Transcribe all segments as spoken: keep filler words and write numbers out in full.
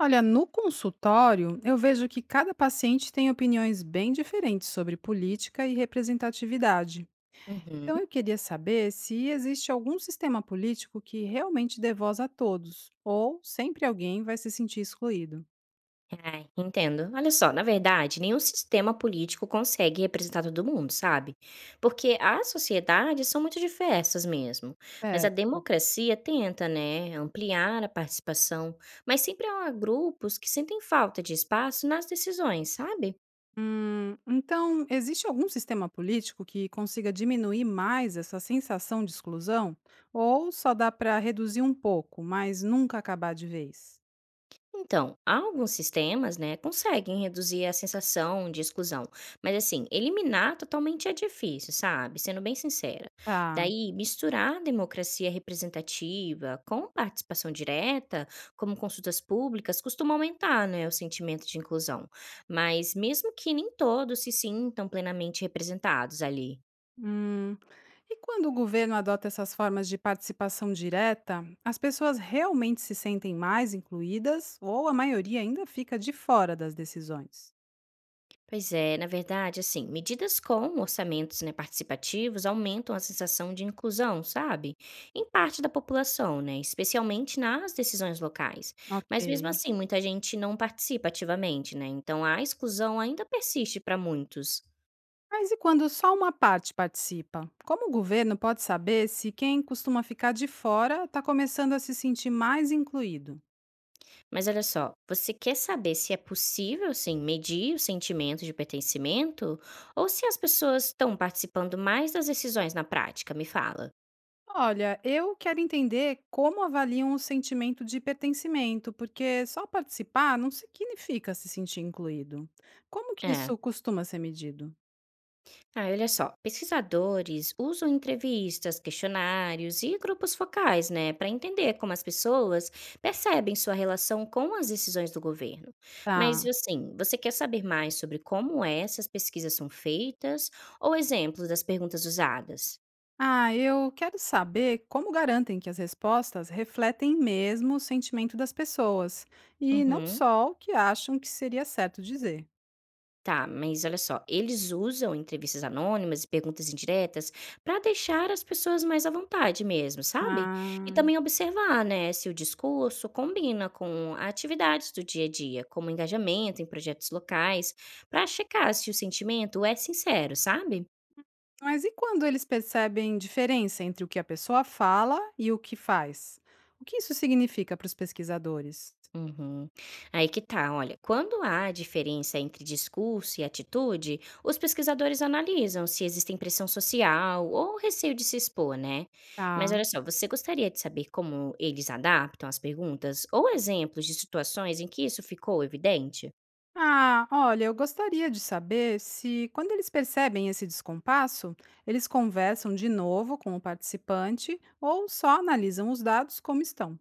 Olha, no consultório, eu vejo que cada paciente tem opiniões bem diferentes sobre política e representatividade. Então, Uhum. eu queria saber se existe algum sistema político que realmente dê voz a todos, ou sempre alguém vai se sentir excluído. Ai, entendo. Olha só, na verdade, nenhum sistema político consegue representar todo mundo, sabe? Porque as sociedades são muito diversas mesmo. Mas a É, democracia tenta, né, ampliar a participação, mas sempre há grupos que sentem falta de espaço nas decisões, sabe? Hum, então, existe algum sistema político que consiga diminuir mais essa sensação de exclusão? Ou só dá para reduzir um pouco, mas nunca acabar de vez? Então, alguns sistemas, né, conseguem reduzir a sensação de exclusão, mas assim, eliminar totalmente é difícil, sabe? Sendo bem sincera. Tá. Daí, misturar a democracia representativa com participação direta, como consultas públicas, costuma aumentar, né, o sentimento de inclusão. Mas mesmo que nem todos se sintam plenamente representados ali. Hum. E quando o governo adota essas formas de participação direta, as pessoas realmente se sentem mais incluídas ou a maioria ainda fica de fora das decisões? Pois é, na verdade, assim, medidas com orçamentos, né, participativos aumentam a sensação de inclusão, sabe? Em parte da população, né, especialmente nas decisões locais. Ok. Mas mesmo assim, muita gente não participa ativamente, né? Então a exclusão ainda persiste para muitos. Mas e quando só uma parte participa? Como o governo pode saber se quem costuma ficar de fora está começando a se sentir mais incluído? Mas olha só, você quer saber se é possível, assim, medir o sentimento de pertencimento ou se as pessoas estão participando mais das decisões na prática? Me fala. Olha, eu quero entender como avaliam o sentimento de pertencimento, porque só participar não significa se sentir incluído. Como que É. isso costuma ser medido? Ah, olha só, pesquisadores usam entrevistas, questionários e grupos focais, né, para entender como as pessoas percebem sua relação com as decisões do governo. Mas, Tá. assim, você quer saber mais sobre como essas pesquisas são feitas ou exemplos das perguntas usadas? Ah, eu quero saber como garantem que as respostas refletem mesmo o sentimento das pessoas e não Uhum. só o que acham que seria certo dizer. Tá, mas olha só, eles usam entrevistas anônimas e perguntas indiretas para deixar as pessoas mais à vontade mesmo, sabe? E Ah, também observar, né, se o discurso combina com atividades do dia a dia, como engajamento em projetos locais, para checar se o sentimento é sincero, sabe? mas e quando eles percebem diferença entre o que a pessoa fala e o que faz? O que isso significa para os pesquisadores? Uhum. Aí que tá, olha, quando há diferença entre discurso e atitude, os pesquisadores analisam se existe pressão social ou receio de se expor, né? Mas olha só, você gostaria de saber como eles adaptam as perguntas ou exemplos de situações em que isso ficou evidente? Ah, olha, eu gostaria de saber se, quando eles percebem esse descompasso, eles conversam de novo com o participante ou só analisam os dados como estão.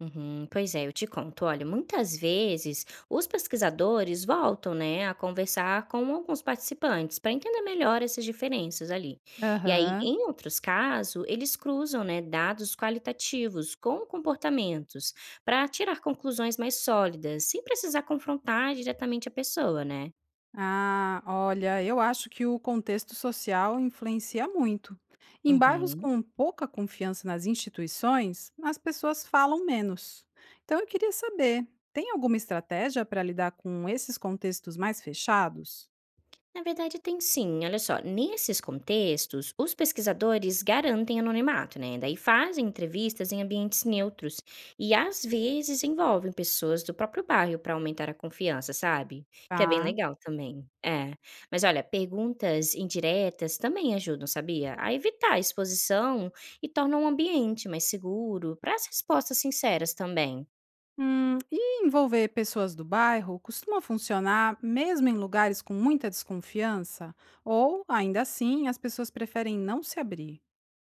Uhum, pois é, eu te conto. Olha, muitas vezes os pesquisadores voltam, né, a conversar com alguns participantes para entender melhor essas diferenças ali. E aí, Aham. em outros casos, eles cruzam, né, dados qualitativos com comportamentos para tirar conclusões mais sólidas, sem precisar confrontar diretamente a pessoa, né? Ah, olha, eu acho que o contexto social influencia muito. Em bairros Uhum. com pouca confiança nas instituições, as pessoas falam menos. Então eu queria saber, tem alguma estratégia para lidar com esses contextos mais fechados? Na verdade, tem sim. Olha só, nesses contextos, os pesquisadores garantem anonimato, né? Daí fazem entrevistas em ambientes neutros e às vezes envolvem pessoas do próprio bairro para aumentar a confiança, sabe? Que é bem Tá. legal também. É. Mas olha, perguntas indiretas também ajudam, sabia? A evitar a exposição e tornam o ambiente mais seguro para as respostas sinceras também. Hum, e envolver pessoas do bairro costuma funcionar mesmo em lugares com muita desconfiança? Ou, ainda assim, as pessoas preferem não se abrir?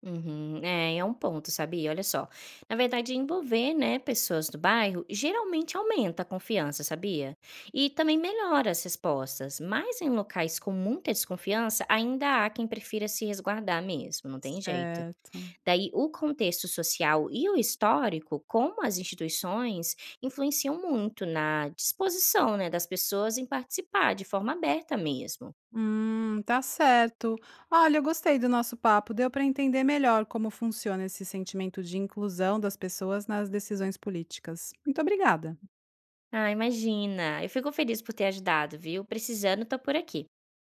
Uhum, é, é um ponto, sabia? Olha só. Na verdade, envolver, né, pessoas do bairro geralmente aumenta a confiança, sabia? E também melhora as respostas. Mas em locais com muita desconfiança, ainda há quem prefira se resguardar mesmo, não tem jeito. Certo. Daí, o contexto social e o histórico, como as instituições, influenciam muito na disposição, né, das pessoas em participar de forma aberta mesmo. Hum, tá certo. Olha, eu gostei do nosso papo. Deu para entender melhor como funciona esse sentimento de inclusão das pessoas nas decisões políticas. Muito obrigada. Ah, imagina. Eu fico feliz por ter ajudado, viu? Precisando, tô por aqui.